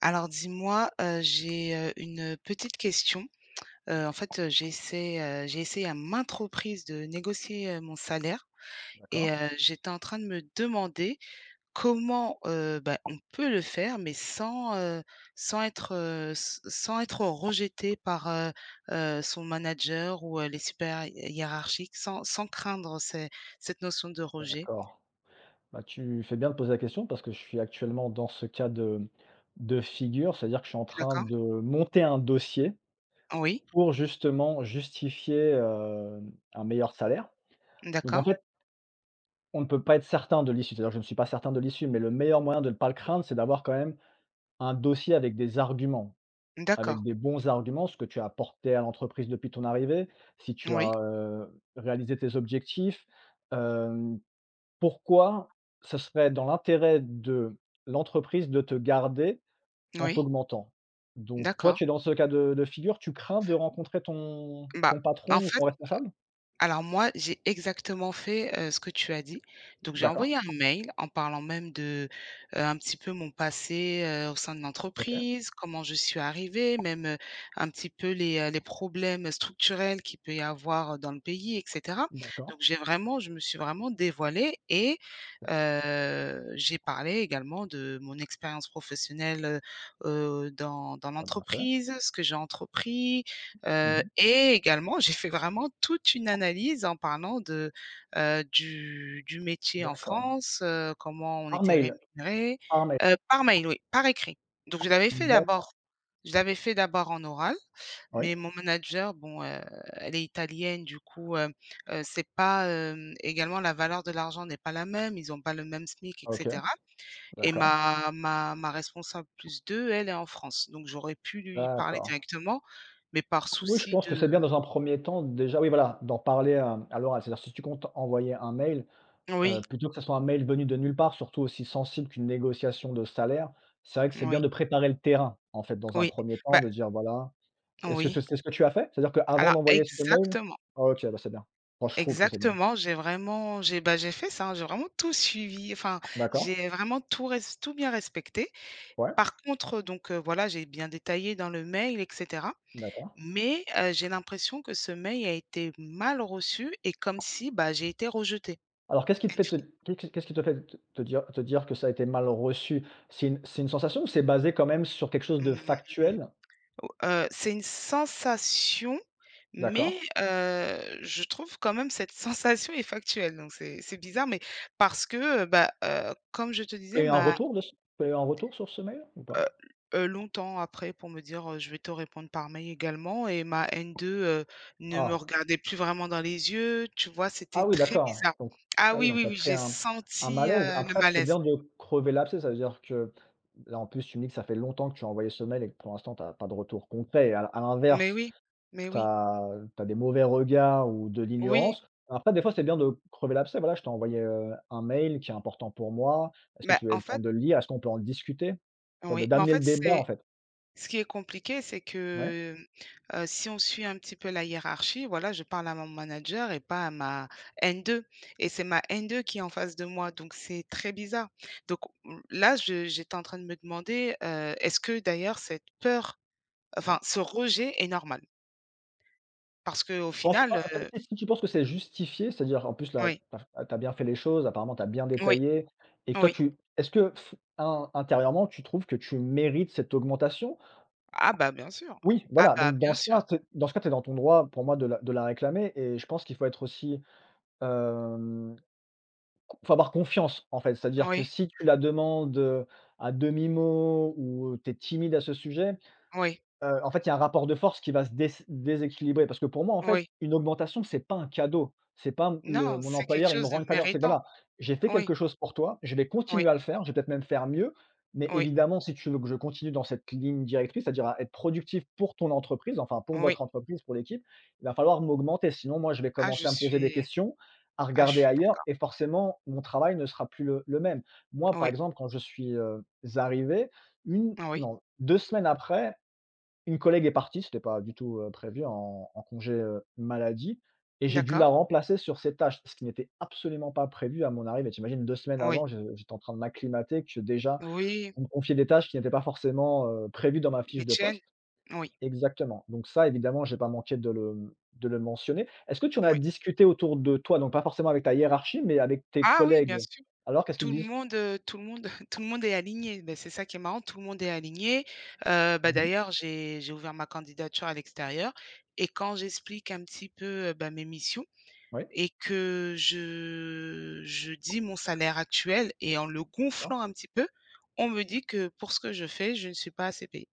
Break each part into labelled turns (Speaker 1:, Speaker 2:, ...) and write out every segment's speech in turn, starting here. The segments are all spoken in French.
Speaker 1: Alors dis-moi, j'ai, une petite question. En fait, j'ai essayé à maintes reprises de négocier, mon salaire et
Speaker 2: D'accord,
Speaker 1: j'étais en train de me demander comment, bah, on peut le faire mais sans être rejeté par, son manager ou, les super hiérarchiques sans craindre ces cette notion de rejet.
Speaker 2: d'accord. Bah, tu fais bien de poser la question parce que je suis actuellement dans ce cas de figure, c'est-à-dire que je suis en train
Speaker 1: D'accord.
Speaker 2: de monter un dossier
Speaker 1: Oui.
Speaker 2: pour justement justifier, un meilleur salaire. Donc en
Speaker 1: D'accord.
Speaker 2: fait, on ne peut pas être certain de l'issue, c'est-à-dire que je ne suis pas certain de l'issue, mais le meilleur moyen de ne pas le craindre, c'est d'avoir quand même un dossier avec des arguments. Avec
Speaker 1: D'accord.
Speaker 2: des bons arguments, ce que tu as apporté à l'entreprise depuis ton arrivée, si tu
Speaker 1: Oui.
Speaker 2: as, réalisé tes objectifs, hem, pourquoi ce serait dans l'intérêt de l'entreprise de te garder en
Speaker 1: Oui.
Speaker 2: t'augmentant? Donc toi,
Speaker 1: D'accord.
Speaker 2: tu es dans ce cas de figure, tu crains de rencontrer ton
Speaker 1: Bah,
Speaker 2: ton
Speaker 1: en
Speaker 2: patron ou
Speaker 1: fait.
Speaker 2: ton responsable?
Speaker 1: Alors moi, j'ai exactement fait, ce que tu as dit. Donc j'ai
Speaker 2: D'accord,
Speaker 1: envoyé un mail en parlant même de, un petit peu mon passé, au sein de
Speaker 2: OK,
Speaker 1: l'entreprise, comment je suis arrivée, même, un petit peu les problèmes structurels qu'il peut y avoir, dans le pays et cetera.
Speaker 2: d'accord,
Speaker 1: Donc j'ai vraiment je me suis vraiment dévoilée et
Speaker 2: OK,
Speaker 1: j'ai parlé également de mon expérience professionnelle, heu dans
Speaker 2: tu bien fait.
Speaker 1: l'entreprise, ce que j'ai entrepris.
Speaker 2: Mmh.
Speaker 1: Et également, j'ai fait vraiment toute une analyse en parlant de, du métier en
Speaker 2: D'accord.
Speaker 1: France, comment on
Speaker 2: Par
Speaker 1: était
Speaker 2: mail,
Speaker 1: rémunéré.
Speaker 2: par mail.
Speaker 1: Par mail, oui, par écrit. Donc
Speaker 2: D'accord.
Speaker 1: je l'avais fait d'abord en oral,
Speaker 2: Oui,
Speaker 1: mais mon manager, bon, elle est italienne, du coup, c'est pas, également la valeur de l'argent n'est pas la même, ils ont pas le même SMIC et
Speaker 2: OK,
Speaker 1: cetera. Et
Speaker 2: d'accord,
Speaker 1: ma responsable plus 2, elle est en France, donc j'aurais pu lui parler
Speaker 2: d'accord.
Speaker 1: directement, mais par
Speaker 2: Oui, je
Speaker 1: souci
Speaker 2: pense que c'est
Speaker 1: de.
Speaker 2: bien dans un premier temps, déjà oui voilà, d'en parler à l'oral. C'est-à-dire si tu comptes envoyer un mail,
Speaker 1: Oui,
Speaker 2: plutôt que ce soit un mail venu de nulle part, surtout aussi sensible qu'une négociation de salaire, c'est vrai que c'est bien
Speaker 1: oui,
Speaker 2: de préparer le terrain, en fait, dans un
Speaker 1: oui,
Speaker 2: premier temps,
Speaker 1: bah,
Speaker 2: de dire voilà, est-ce que ce
Speaker 1: oui.
Speaker 2: c'est ce que tu as fait? C'est-à-dire qu'avant
Speaker 1: Alors
Speaker 2: d'envoyer ce mail?
Speaker 1: exactement,
Speaker 2: Ah, OK, bah, c'est bien. Moi, je trouve que c'est bien.
Speaker 1: exactement, j'ai vraiment j'ai bah, j'ai fait ça, hein, j'ai vraiment tout suivi, enfin,
Speaker 2: D'accord,
Speaker 1: j'ai vraiment tout bien respecté.
Speaker 2: ouais,
Speaker 1: Par contre, donc voilà, j'ai bien détaillé dans le mail et cetera,
Speaker 2: d'accord.
Speaker 1: mais j'ai l'impression que ce mail a été mal reçu et comme si, bah, j'ai été rejetée.
Speaker 2: Alors qu'est-ce qui te fait te qu'est-ce qui te fait te dire que ça a été mal reçu? C'est une sensation ou c'est basé quand même sur quelque chose de
Speaker 1: Mmh mh.
Speaker 2: factuel?
Speaker 1: Ou c'est une sensation,
Speaker 2: D'accord.
Speaker 1: mais je trouve quand même cette sensation est factuelle, donc c'est bizarre, mais parce que, bah, comme je te disais,
Speaker 2: Et en retour de ce tu as eu un retour sur ce mail ou
Speaker 1: heu
Speaker 2: pas?
Speaker 1: longtemps après pour me dire: «Je vais te répondre par mail également» et ma n deux ne me
Speaker 2: Ah.
Speaker 1: regardait plus vraiment dans les yeux, tu vois? C'était
Speaker 2: Ah oui,
Speaker 1: très
Speaker 2: d'accord,
Speaker 1: bizarre.
Speaker 2: donc
Speaker 1: Ah
Speaker 2: ah oui,
Speaker 1: oui,
Speaker 2: donc
Speaker 1: oui,
Speaker 2: tu as
Speaker 1: oui,
Speaker 2: créé
Speaker 1: j'ai
Speaker 2: un
Speaker 1: senti,
Speaker 2: malaise.
Speaker 1: le
Speaker 2: Après c'est
Speaker 1: malaise.
Speaker 2: bien de crever l'abcès, ça veut dire que là, en plus tu me dis que ça fait longtemps que tu as envoyé ce mail et que pour l'instant tu as pas de retour concret et à
Speaker 1: Mais
Speaker 2: l'inverse,
Speaker 1: oui, mais
Speaker 2: tu
Speaker 1: oui.
Speaker 2: as tu as des mauvais regards ou de
Speaker 1: Oui,
Speaker 2: l'ignorance. Après des fois c'est bien de crever l'abcès. Voilà, je t'ai envoyé, un mail qui est important pour moi. Est-ce que
Speaker 1: bah,
Speaker 2: tu as eu
Speaker 1: en
Speaker 2: le temps
Speaker 1: fait
Speaker 2: de le lire? Est-ce qu'on peut en discuter? Tu vois? De
Speaker 1: oui, mais en
Speaker 2: D'amener le
Speaker 1: fait,
Speaker 2: débat en
Speaker 1: c'est
Speaker 2: fait.
Speaker 1: ce qui est compliqué, c'est
Speaker 2: Ouais,
Speaker 1: que, si on suit un petit peu la hiérarchie, voilà, je parle à mon manager et pas à ma n deux, et c'est ma n deux qui est en face de moi, donc c'est très bizarre. Donc m là, je j'étais en train de me demander, est-ce que d'ailleurs cette peur,
Speaker 2: ouais.
Speaker 1: enfin ce rejet est normal? Parce qu'au
Speaker 2: Pense
Speaker 1: final,
Speaker 2: pas en fait, si tu penses que c'est justifié, c'est-à-dire en plus là,
Speaker 1: oui,
Speaker 2: tu as bien fait les choses, apparemment tu as bien
Speaker 1: oui,
Speaker 2: détaillé et que toi,
Speaker 1: oui.
Speaker 2: tu est-ce que f in intérieurement tu trouves que tu mérites cette augmentation?
Speaker 1: Ah bah, bien sûr.
Speaker 2: Oui,
Speaker 1: Ah
Speaker 2: voilà,
Speaker 1: bah,
Speaker 2: donc dans
Speaker 1: bien
Speaker 2: ce
Speaker 1: sûr.
Speaker 2: cas, tu dans ce cas, tu es dans ton droit pour moi de la réclamer, et je pense qu'il faut être aussi, hem, faut avoir confiance en fait. C'est-à-dire que
Speaker 1: Oui,
Speaker 2: si tu la demandes, à demi-mot ou, tu es timide à ce sujet.
Speaker 1: oui,
Speaker 2: En fait, il y a un rapport de force qui va se déséquilibrer, parce que pour moi, en fait,
Speaker 1: oui.
Speaker 2: une augmentation, c'est pas un cadeau. C'est pas m le
Speaker 1: Non,
Speaker 2: mon
Speaker 1: c'est quelque
Speaker 2: employeur, il me
Speaker 1: chose
Speaker 2: rend
Speaker 1: de
Speaker 2: une faveur. C'est
Speaker 1: méritant.
Speaker 2: voilà, j'ai fait
Speaker 1: Oui,
Speaker 2: quelque chose pour toi, je vais
Speaker 1: oui,
Speaker 2: continuer à le faire, je vais peut-être même faire mieux, mais
Speaker 1: oui,
Speaker 2: évidemment, si tu veux que je continue dans cette ligne directrice, c'est-à-dire à être productif pour ton entreprise, enfin pour
Speaker 1: oui.
Speaker 2: votre entreprise, pour l'équipe, il va falloir m'augmenter. Sinon, moi, je vais
Speaker 1: Ah, je
Speaker 2: commencer à me poser des
Speaker 1: suis
Speaker 2: questions, à
Speaker 1: Ah, je
Speaker 2: regarder
Speaker 1: suis
Speaker 2: ailleurs,
Speaker 1: d'accord.
Speaker 2: et forcément, mon travail ne sera plus le même. Moi, par
Speaker 1: Oui,
Speaker 2: exemple, quand je suis, arrivé, une
Speaker 1: oui,
Speaker 2: non, 2 semaines après, une collègue est partie, c'était pas du tout, prévu, en congé, maladie, et j'ai dû
Speaker 1: d'accord.
Speaker 2: la remplacer sur ses tâches, ce qui n'était absolument pas prévu à mon arrivée. Tu imagines, 2 semaines
Speaker 1: Oui,
Speaker 2: avant, je j'étais en train de m'acclimater, que déjà
Speaker 1: oui,
Speaker 2: on me confiait des tâches qui n'étaient pas forcément, prévues dans ma fiche
Speaker 1: les
Speaker 2: de
Speaker 1: chaînes.
Speaker 2: poste.
Speaker 1: Oui,
Speaker 2: Exactement, donc ça évidemment, j'ai pas manqué de le mentionner. Est-ce que tu en as
Speaker 1: oui.
Speaker 2: discuté autour de toi, donc pas forcément avec ta hiérarchie, mais avec tes
Speaker 1: Ah oui, bien
Speaker 2: collègues?
Speaker 1: sûr.
Speaker 2: Alors qu'est-ce qu'ils disent?
Speaker 1: Tout le monde tout le monde est aligné. Ben c'est ça qui est marrant, tout le monde est aligné. Bah,
Speaker 2: Mmh
Speaker 1: d'ailleurs, j'ai ouvert ma candidature à l'extérieur et quand j'explique un petit peu, bah, mes missions
Speaker 2: Oui,
Speaker 1: et que je dis mon salaire actuel et en le
Speaker 2: d'accord.
Speaker 1: gonflant un petit peu, on me dit que pour ce que je fais, je ne suis pas assez payée.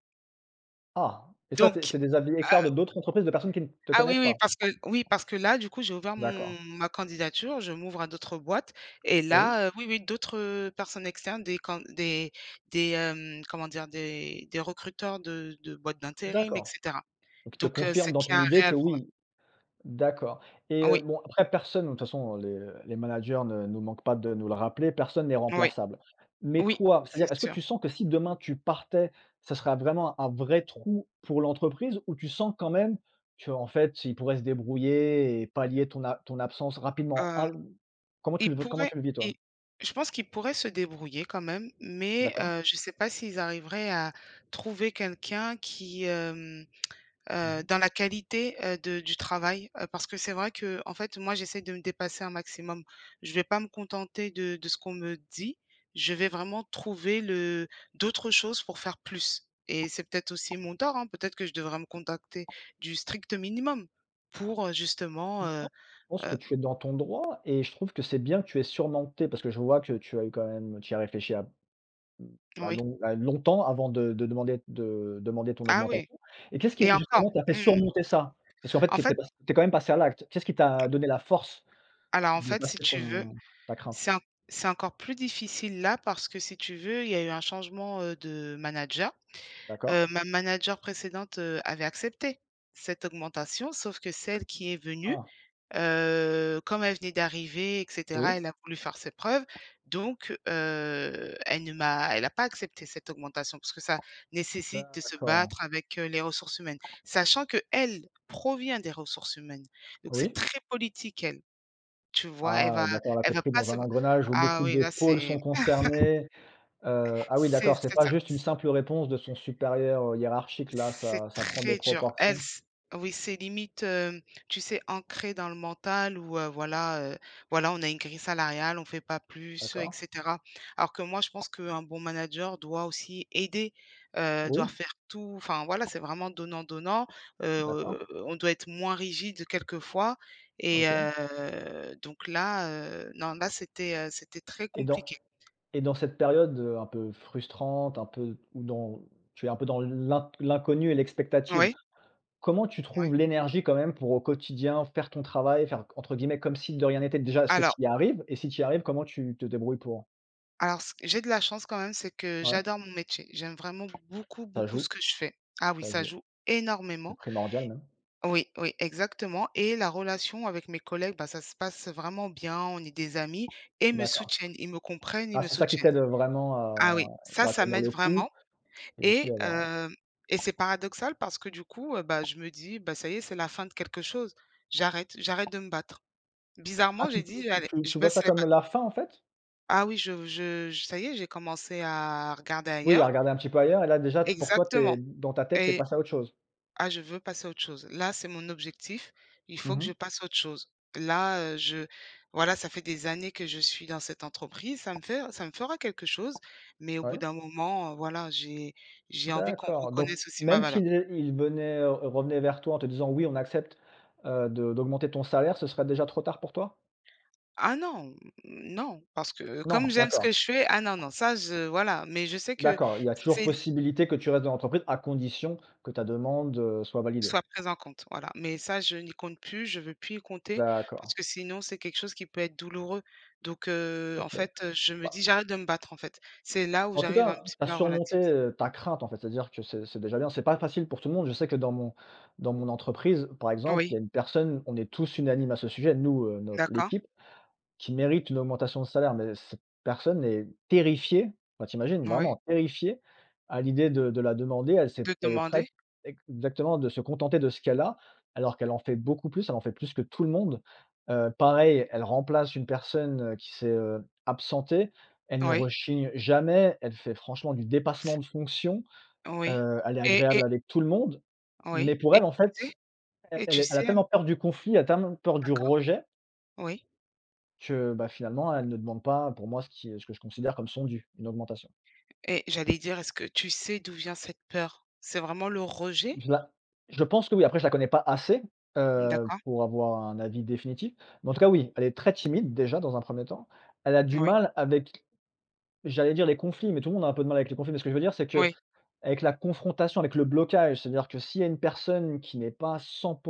Speaker 2: Ah, et ça, c'est
Speaker 1: Donc
Speaker 2: c'est des avis externes de d'autres entreprises, de personnes qui ne te
Speaker 1: Ah oui,
Speaker 2: connaissent pas?
Speaker 1: oui, parce que là, du coup, j'ai ouvert
Speaker 2: D'accord,
Speaker 1: mon ma candidature, je m'ouvre à d'autres boîtes et
Speaker 2: oui.
Speaker 1: là, oui, oui, d'autres, personnes externes, des can des, hem, comment dire? Des recruteurs de boîtes d'intérim et
Speaker 2: D'accord,
Speaker 1: cetera.
Speaker 2: donc il te
Speaker 1: Donc
Speaker 2: confirme
Speaker 1: c'est
Speaker 2: dans
Speaker 1: qu'il
Speaker 2: ton
Speaker 1: y a un
Speaker 2: idée que
Speaker 1: réel problème.
Speaker 2: oui, d'accord, et
Speaker 1: Ah oui,
Speaker 2: bon, après personne, de toute façon les managers ne nous manquent pas de nous le rappeler, personne n'est
Speaker 1: oui,
Speaker 2: remplaçable. Mais
Speaker 1: oui,
Speaker 2: toi, c'est-à-dire
Speaker 1: c'est
Speaker 2: est-ce que
Speaker 1: sûr.
Speaker 2: tu sens que si demain tu partais, ça serait vraiment un vrai trou pour l'entreprise, ou tu sens quand même que en fait ils pourraient se débrouiller et pallier ton absence rapidement?
Speaker 1: Heu,
Speaker 2: Ah,
Speaker 1: ils
Speaker 2: comment
Speaker 1: pourraient
Speaker 2: tu le vis, toi?
Speaker 1: ils je pense qu'ils pourraient se débrouiller quand même, mais
Speaker 2: D'accord.
Speaker 1: je ne sais pas s'ils arriveraient à trouver quelqu'un qui, hem
Speaker 2: Mmh
Speaker 1: dans la qualité, de du travail, parce que c'est vrai que, en fait, moi, j'essaie de me dépasser un maximum. Je vais pas me contenter de ce qu'on me dit. Je vais vraiment trouver le d'autres choses pour faire plus et c'est peut-être aussi mon tort, hein. Peut-être que je devrais me contacter du strict minimum pour, justement,
Speaker 2: Non, je pense
Speaker 1: heu
Speaker 2: que tu es dans ton droit et je trouve que c'est bien que tu aies surmonté, parce que je vois que tu as eu quand même tu y as réfléchi à Mmh, bah,
Speaker 1: oui.
Speaker 2: long bah, longtemps avant de demander ton
Speaker 1: Ah oui
Speaker 2: augmentation, et qu'est-ce qui
Speaker 1: et encore,
Speaker 2: justement t'a fait surmonter ça? Parce qu'en fait,
Speaker 1: en
Speaker 2: tu
Speaker 1: fait
Speaker 2: es quand même passé à l'acte. Qu'est-ce qui t'a donné la force
Speaker 1: alors, en
Speaker 2: de
Speaker 1: fait, si
Speaker 2: passer
Speaker 1: tu veux,
Speaker 2: ton ta crainte?
Speaker 1: c'est en c'est encore plus difficile là parce que si tu veux, il y a eu un changement, de manager.
Speaker 2: D'accord.
Speaker 1: Ma manager précédente, avait accepté cette augmentation, sauf que celle qui est venue,
Speaker 2: Ah,
Speaker 1: comme elle venait d'arriver et cetera,
Speaker 2: oui,
Speaker 1: elle a voulu faire ses preuves, donc elle ne m'a elle n'a pas accepté cette augmentation parce que ça nécessite de se
Speaker 2: d'accord.
Speaker 1: battre avec, les ressources humaines. Sachant que elle provient des ressources humaines, donc c'est
Speaker 2: Oui.
Speaker 1: très politique elle, tu vois?
Speaker 2: Ah, d'accord, là, tu
Speaker 1: Elle
Speaker 2: es
Speaker 1: va
Speaker 2: pris
Speaker 1: pas
Speaker 2: dans
Speaker 1: se.
Speaker 2: un engrenage où
Speaker 1: Ah
Speaker 2: beaucoup
Speaker 1: oui,
Speaker 2: de
Speaker 1: là,
Speaker 2: pôles sont
Speaker 1: c'est
Speaker 2: concernés, ah oui,
Speaker 1: c'est
Speaker 2: d'accord, c'est
Speaker 1: c'est
Speaker 2: pas
Speaker 1: ça.
Speaker 2: juste une simple réponse de son supérieur, hiérarchique, là,
Speaker 1: C'est
Speaker 2: ça prend des
Speaker 1: très dur. Elle,
Speaker 2: proportions.
Speaker 1: c oui, c'est limite, tu sais, ancré dans le mental où, voilà, on a une grille salariale, on fait pas plus, et
Speaker 2: D'accord.
Speaker 1: cetera. Alors que moi, je pense qu'un bon manager doit aussi aider, doit
Speaker 2: Oui,
Speaker 1: faire tout enfin, voilà, c'est vraiment donnant-donnant.
Speaker 2: d'accord,
Speaker 1: On doit être moins rigide quelquefois et
Speaker 2: OK.
Speaker 1: donc là, non, là, c'était très
Speaker 2: et dans
Speaker 1: compliqué.
Speaker 2: Et dans cette période, un peu frustrante, un peu où dans tu es un peu dans l'inconnu et l'expectative,
Speaker 1: Oui,
Speaker 2: comment tu trouves
Speaker 1: oui.
Speaker 2: l'énergie quand même pour au quotidien faire ton travail, faire entre guillemets «comme si de rien n'était»? Déjà, est-ce que tu
Speaker 1: Alors
Speaker 2: y arrives? Et si tu y arrives, comment tu te débrouilles pour?
Speaker 1: Alors c j'ai de la chance quand même, c'est que
Speaker 2: Ouais,
Speaker 1: j'adore mon métier. J'aime vraiment beaucoup,
Speaker 2: ça
Speaker 1: beaucoup
Speaker 2: joue,
Speaker 1: ce que je fais. Ah oui,
Speaker 2: ça
Speaker 1: ça
Speaker 2: joue.
Speaker 1: joue
Speaker 2: C'est
Speaker 1: énormément.
Speaker 2: primordial même.
Speaker 1: Oui, oui, exactement et la relation avec mes collègues, bah, ça se passe vraiment bien, on est des amis et me
Speaker 2: D'accord.
Speaker 1: soutiennent. Ils me comprennent, ils
Speaker 2: Ah,
Speaker 1: me
Speaker 2: c'est ça qui
Speaker 1: soutiennent.
Speaker 2: t'aide, vraiment
Speaker 1: Ah oui,
Speaker 2: à,
Speaker 1: ça,
Speaker 2: bah,
Speaker 1: ça
Speaker 2: tenir
Speaker 1: m'aide
Speaker 2: le coup
Speaker 1: vraiment
Speaker 2: et aussi
Speaker 1: et
Speaker 2: à avoir
Speaker 1: hem et c'est paradoxal parce que du coup, bah, je me dis: «Bah, ça y est, c'est la fin de quelque chose. J'arrête, j'arrête de me battre».
Speaker 2: ah,
Speaker 1: Bizarrement,
Speaker 2: tu
Speaker 1: j'ai dit:
Speaker 2: tu
Speaker 1: «Allez,
Speaker 2: tu
Speaker 1: je
Speaker 2: tu vois ça
Speaker 1: baisse les
Speaker 2: comme
Speaker 1: battre.
Speaker 2: la fin en fait?
Speaker 1: Ah oui, ça y est, j'ai commencé à regarder
Speaker 2: Oui, à
Speaker 1: ailleurs.
Speaker 2: regarder un petit peu ailleurs, et là déjà, t pour toi, t'es
Speaker 1: Exactement
Speaker 2: dans ta tête, t'es
Speaker 1: et
Speaker 2: passé à autre chose?
Speaker 1: «Ah, je veux passer à autre chose. Là, c'est mon objectif, il
Speaker 2: Mmh
Speaker 1: faut que je
Speaker 2: mh.
Speaker 1: passe à autre chose. Là, je voilà, ça fait des années que je suis dans cette entreprise, ça me fera quelque chose, mais au bout
Speaker 2: Ouais.
Speaker 1: d'un moment, voilà, j'ai envie qu'on
Speaker 2: D'accord, donc
Speaker 1: reconnaisse aussi ma
Speaker 2: même
Speaker 1: valeur».
Speaker 2: s'il é ils venaient, vers toi en te disant: «Oui, on accepte, de d'augmenter ton salaire», ce serait déjà trop tard pour toi?
Speaker 1: Ah non, non, parce que comme
Speaker 2: Non,
Speaker 1: j'aime ce
Speaker 2: d'accord,
Speaker 1: que je fais, ah non, non, ça je voilà, mais je sais que
Speaker 2: d'accord, il y a toujours
Speaker 1: c'est.
Speaker 2: possibilité que tu restes dans l'entreprise à condition que ta demande, soit validée.
Speaker 1: Soit prise en compte, voilà. Mais ça, je n'y compte plus, je veux plus y compter
Speaker 2: D'accord,
Speaker 1: parce que sinon, c'est quelque chose qui peut être douloureux. Donc, en
Speaker 2: OK.
Speaker 1: fait, je me
Speaker 2: Bah,
Speaker 1: dis: «J'arrête de me battre», en fait. C'est là où
Speaker 2: en tout
Speaker 1: j'arrive un
Speaker 2: cas,
Speaker 1: petit
Speaker 2: tu as
Speaker 1: peu à
Speaker 2: surmonté,
Speaker 1: relativiser.
Speaker 2: ta crainte, en fait, c'est-à-dire que c'est déjà bien. C'est pas facile pour tout le monde. Je sais que dans mon entreprise, par exemple, il
Speaker 1: Oui,
Speaker 2: y a une personne, on est tous unanimes à ce sujet, nous, notre
Speaker 1: d'accord,
Speaker 2: l'équipe, qui mérite une augmentation de salaire, mais cette personne est terrifiée, enfin, t'imagines,
Speaker 1: oui.
Speaker 2: vraiment terrifiée à l'idée de la demander. Elle s'est
Speaker 1: De
Speaker 2: elle est
Speaker 1: demander,
Speaker 2: prête, ex exactement, de se contenter de ce qu'elle a, alors qu'elle en fait beaucoup plus, elle en fait plus que tout le monde. Pareil, elle remplace une personne, qui s'est, absentée. Elle ne
Speaker 1: oui,
Speaker 2: rechigne jamais, elle fait franchement du dépassement de fonction,
Speaker 1: oui
Speaker 2: elle est
Speaker 1: et
Speaker 2: agréable
Speaker 1: et
Speaker 2: avec tout le monde. Mais
Speaker 1: oui
Speaker 2: pour
Speaker 1: et
Speaker 2: elle, en
Speaker 1: sais
Speaker 2: fait, elle elle
Speaker 1: tu
Speaker 2: est elle a
Speaker 1: sais,
Speaker 2: tellement peur du conflit, elle a tellement peur du
Speaker 1: d'accord,
Speaker 2: rejet,
Speaker 1: oui
Speaker 2: que, bah, finalement, elle ne demande pas, pour moi, ce que je considère comme son dû, une augmentation.
Speaker 1: et j'allais dire: «Est-ce que tu sais d'où vient cette peur?» C'est vraiment le rejet?
Speaker 2: Je la je pense que oui, après je la connais pas assez,
Speaker 1: D'accord,
Speaker 2: pour avoir un avis définitif, mais en tout cas oui, elle est très timide déjà dans un premier temps. Elle a du
Speaker 1: oui,
Speaker 2: mal avec, j'allais dire les conflits, mais tout le monde a un peu de mal avec les conflits, mais ce que je veux dire, c'est
Speaker 1: oui,
Speaker 2: qu'avec la confrontation, avec le blocage, c'est-à-dire que s'il y a une personne qui n'est pas 100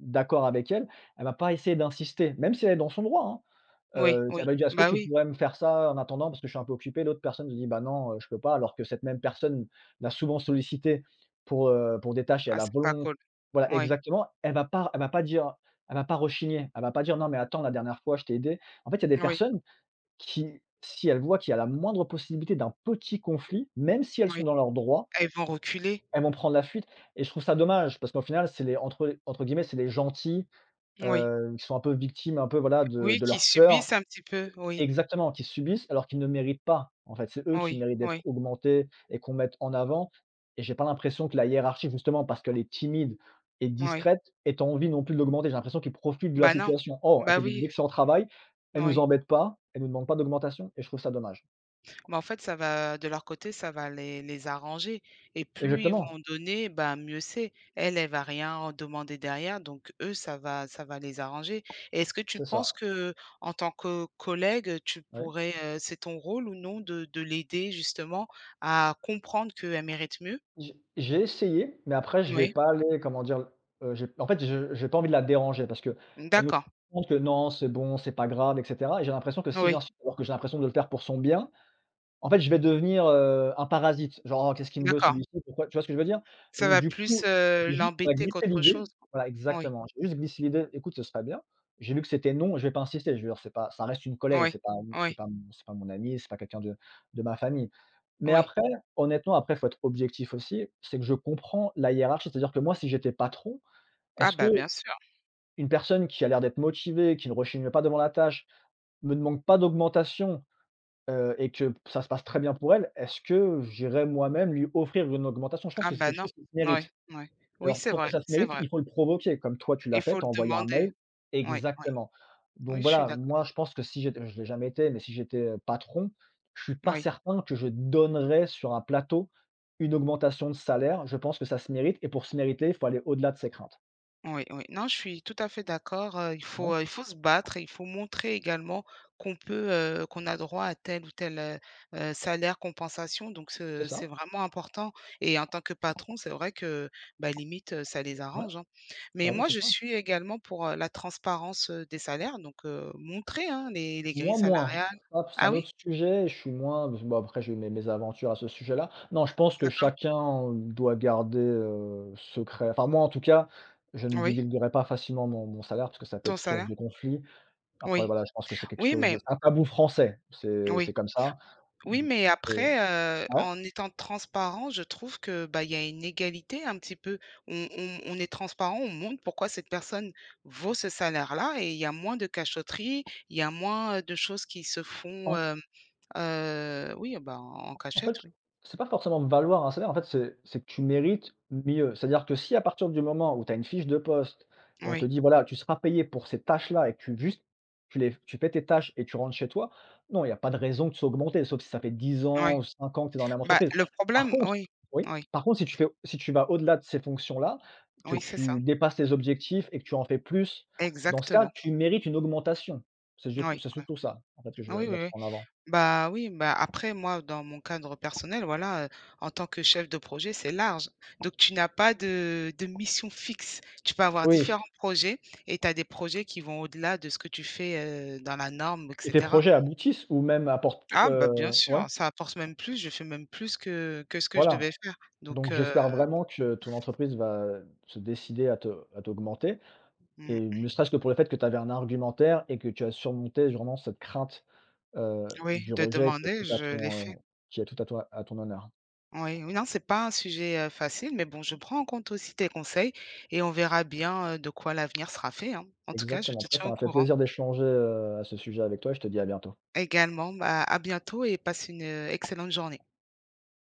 Speaker 2: d'accord avec elle, elle va pas essayer d'insister, même si elle est dans son droit, hein.
Speaker 1: oui,
Speaker 2: Ça
Speaker 1: oui.
Speaker 2: va lui dire: «Est-ce que
Speaker 1: Bah,
Speaker 2: tu
Speaker 1: oui.
Speaker 2: pourrais me faire ça en attendant parce que je suis un peu occupé?» L'autre personne lui dit: «Bah non, je peux pas», alors que cette même personne l'a souvent sollicité pour des tâches, et
Speaker 1: Ah,
Speaker 2: elle a
Speaker 1: c'est pas
Speaker 2: volon
Speaker 1: cool.
Speaker 2: voilà,
Speaker 1: Oui,
Speaker 2: exactement, elle va pas dire, elle va pas rechigner, elle va pas dire: «Non mais attends, la dernière fois je t'ai aidé». En fait, il y a des
Speaker 1: oui,
Speaker 2: personnes qui, si elles voient qu'il y a la moindre possibilité d'un petit conflit, même si elles
Speaker 1: oui.
Speaker 2: sont dans leurs droits,
Speaker 1: Elles vont reculer.
Speaker 2: elles vont prendre la fuite et je trouve ça dommage parce qu'au final, c'est les entre guillemets, c'est les «gentils»,
Speaker 1: Oui,
Speaker 2: qui sont un peu victimes un peu voilà de
Speaker 1: oui,
Speaker 2: de
Speaker 1: qui
Speaker 2: leur peur.
Speaker 1: subissent un petit peu, oui,
Speaker 2: Exactement, qui subissent alors qu'ils ne méritent pas. En fait, c'est eux qui
Speaker 1: oui,
Speaker 2: méritent d'être
Speaker 1: oui,
Speaker 2: augmentés et qu'on mette en avant, et j'ai pas l'impression que la hiérarchie, justement parce qu'elle est timide et
Speaker 1: oui.
Speaker 2: discrète, ait envie non plus de l'augmenter. J'ai l'impression qu'ils profitent de la
Speaker 1: Bah, non.
Speaker 2: situation. «Oh, elle
Speaker 1: Bah,
Speaker 2: fait du
Speaker 1: oui,
Speaker 2: excellent travail, elle nous
Speaker 1: oui.
Speaker 2: embête pas, elle nous demande pas d'augmentation» et je trouve ça dommage.
Speaker 1: Mais en fait, ça va de leur côté, ça va les arranger et plus ils vont
Speaker 2: Exactement,
Speaker 1: donner, bah, mieux c'est. Elle, elle va rien en demander derrière, donc eux, ça va les arranger et est-ce que tu
Speaker 2: c'est
Speaker 1: penses
Speaker 2: ça.
Speaker 1: que en tant que collègue, tu
Speaker 2: Ouais.
Speaker 1: pourrais, c'est ton rôle ou non de l'aider justement à comprendre qu'elle mérite mieux?
Speaker 2: J'ai essayé, mais après je vais
Speaker 1: Oui,
Speaker 2: pas aller, comment dire? J'ai en fait, je j'ai pas envie de la déranger parce que elle nous
Speaker 1: d'accord,
Speaker 2: montre que non, c'est bon, c'est pas grave et cetera, et j'ai l'impression que si
Speaker 1: oui,
Speaker 2: j'insiste alors que j'ai l'impression de le faire pour son bien, en fait, je vais devenir, un parasite. Genre: «Oh, qu'est-ce qu'il me veut
Speaker 1: d'accord.
Speaker 2: celui-ci? Pourquoi?» Tu vois ce que je veux dire?
Speaker 1: Ça
Speaker 2: Donc
Speaker 1: va
Speaker 2: du
Speaker 1: plus,
Speaker 2: coup, j'ai juste, bah,
Speaker 1: l'embêter
Speaker 2: glissé
Speaker 1: qu'autre
Speaker 2: l'idée,
Speaker 1: chose.
Speaker 2: voilà,
Speaker 1: Oui,
Speaker 2: exactement. J'ai juste glissé l'idée: «Écoute, ce serait bien». J'ai vu que c'était non, je vais pas insister, je veux dire, c'est pas, ça reste une collègue,
Speaker 1: oui,
Speaker 2: c'est pas m
Speaker 1: oui,
Speaker 2: c'est pas mon amie, c'est pas quelqu'un de ma famille. Mais
Speaker 1: oui.
Speaker 2: après, honnêtement, après, faut être objectif aussi, c'est que je comprends la hiérarchie. C'est-à-dire que moi, si j'étais patron,
Speaker 1: Ah
Speaker 2: est-ce
Speaker 1: bah,
Speaker 2: qu'une
Speaker 1: bien sûr.
Speaker 2: personne qui a l'air d'être motivée, qui ne rechigne pas devant la tâche, me demande pas d'augmentation et que ça se passe très bien pour elle, est-ce que j'irais moi-même lui offrir une augmentation? Je pense
Speaker 1: Ah
Speaker 2: que c'est
Speaker 1: bah,
Speaker 2: quelque chose
Speaker 1: non.
Speaker 2: qui se
Speaker 1: Oui,
Speaker 2: mérite.
Speaker 1: oui. Oui,
Speaker 2: Alors
Speaker 1: c'est
Speaker 2: pour
Speaker 1: vrai,
Speaker 2: que ça se
Speaker 1: c'est
Speaker 2: mérite,
Speaker 1: vrai.
Speaker 2: il faut le provoquer comme toi tu
Speaker 1: Il
Speaker 2: l'as fait,
Speaker 1: faut
Speaker 2: tu
Speaker 1: le
Speaker 2: as envoyé un
Speaker 1: demander.
Speaker 2: mail,
Speaker 1: Oui, oui.
Speaker 2: exactement. Donc
Speaker 1: Oui, je suis
Speaker 2: voilà,
Speaker 1: d'accord.
Speaker 2: moi je pense que si j'étais, je l'ai jamais été, mais si j'étais, patron, je suis pas
Speaker 1: Oui.
Speaker 2: certain que je donnerais sur un plateau une augmentation de salaire. Je pense que ça se mérite et pour se mériter, il faut aller au-delà de ses craintes.
Speaker 1: Oui, oui. Non, je suis tout à fait d'accord,
Speaker 2: Oui,
Speaker 1: il faut se battre et il faut montrer également qu'on a droit à tel ou tel, salaire, compensation donc
Speaker 2: c'est
Speaker 1: ce c'est
Speaker 2: ça.
Speaker 1: vraiment important et en tant que patron, c'est vrai que, bah, limite, ça les
Speaker 2: Ouais,
Speaker 1: arrange, hein.
Speaker 2: bah
Speaker 1: Mais
Speaker 2: oui,
Speaker 1: moi,
Speaker 2: c'est
Speaker 1: je
Speaker 2: ça.
Speaker 1: suis également pour, la transparence, des salaires donc montrer, hein, les grilles
Speaker 2: Moins.
Speaker 1: salariales.
Speaker 2: Hop, c'est
Speaker 1: Ah
Speaker 2: un
Speaker 1: oui?
Speaker 2: autre sujet, je suis moins bon, après j'ai eu mes aventures à ce sujet-là. Non, je pense que
Speaker 1: D'accord.
Speaker 2: chacun doit garder, secret, enfin moi en tout cas, je ne
Speaker 1: Oui,
Speaker 2: divulguerai pas facilement mon salaire parce que ça peut
Speaker 1: ton
Speaker 2: être source
Speaker 1: salaire?
Speaker 2: de conflit. Après
Speaker 1: Oui.
Speaker 2: voilà, je pense que c'est quelque
Speaker 1: Oui,
Speaker 2: chose,
Speaker 1: mais
Speaker 2: c'est un tabou français, c'est
Speaker 1: oui.
Speaker 2: c'est comme ça.
Speaker 1: Oui,
Speaker 2: Donc
Speaker 1: mais
Speaker 2: heu
Speaker 1: après,
Speaker 2: ouais?
Speaker 1: en étant transparent, je trouve que, bah, il y a une égalité un petit peu. On est transparent, on montre pourquoi cette personne vaut ce salaire-là et il y a moins de cachotterie, il y a moins, de choses qui se font,
Speaker 2: Hein.
Speaker 1: oui, bah, en
Speaker 2: En
Speaker 1: cachette,
Speaker 2: fait,
Speaker 1: oui.
Speaker 2: c'est pas forcément me valoir un salaire, en fait, c'est que tu mérites mieux. C'est-à-dire que si à partir du moment où tu as une fiche de poste et on te
Speaker 1: Oui,
Speaker 2: dit: «Voilà, tu seras payé pour ces tâches-là» et que tu juste tu les tu fais tes tâches et tu rentres chez toi, non, il y a pas de raison que tu sois augmenté, sauf si ça fait dix
Speaker 1: oui.
Speaker 2: ans ou 5 ans que tu es dans la même
Speaker 1: Bah,
Speaker 2: entreprise.
Speaker 1: le
Speaker 2: Par
Speaker 1: problème.
Speaker 2: contre,
Speaker 1: Oui,
Speaker 2: oui,
Speaker 1: oui,
Speaker 2: par contre si tu fais si tu vas au-delà de ces fonctions-là, que
Speaker 1: oui, c'est ça.
Speaker 2: tu dépasses tes objectifs et que tu en fais plus, dans ce cas,
Speaker 1: Exactement.
Speaker 2: tu mérites une augmentation.
Speaker 1: Oui.
Speaker 2: C'est surtout ça, en fait, que je veux
Speaker 1: Oui, oui,
Speaker 2: mettre
Speaker 1: oui.
Speaker 2: en avant.
Speaker 1: Bah, oui, bah, après moi, dans mon cadre personnel, voilà, en tant que chef de projet, c'est large. Donc tu n'as pas de mission fixe. Tu peux avoir
Speaker 2: Oui.
Speaker 1: différents projets et tu as des projets qui vont au-delà de ce que tu fais, dans la norme et
Speaker 2: Et tes
Speaker 1: cetera.
Speaker 2: projets aboutissent ou même apportent,
Speaker 1: Ah bah, bien
Speaker 2: ouais,
Speaker 1: sûr, ça apporte même plus, je fais même plus que ce que je devais
Speaker 2: voilà.
Speaker 1: faire. Donc
Speaker 2: Donc j'espère vraiment que ton entreprise va se décider à te à t'augmenter et
Speaker 1: mmh,
Speaker 2: ne serait-ce que pour le fait que tu avais un argumentaire et que tu as surmonté vraiment cette crainte,
Speaker 1: oui,
Speaker 2: du
Speaker 1: de
Speaker 2: rejet qui est
Speaker 1: demander,
Speaker 2: tout à
Speaker 1: je l'ai fait.
Speaker 2: ton, qui est tout à toi à ton honneur.
Speaker 1: Oui, oui, non, c'est pas un sujet, facile, mais bon, je prends en compte aussi tes conseils et on verra bien, de quoi l'avenir sera fait, hein. En tout cas, je
Speaker 2: Exactement. En
Speaker 1: te
Speaker 2: tout cas, ça
Speaker 1: tiens au
Speaker 2: m'a fait
Speaker 1: courant.
Speaker 2: plaisir d'échanger, à ce sujet avec toi et je te dis à bientôt.
Speaker 1: Également, bah, à bientôt et passe une, excellente journée.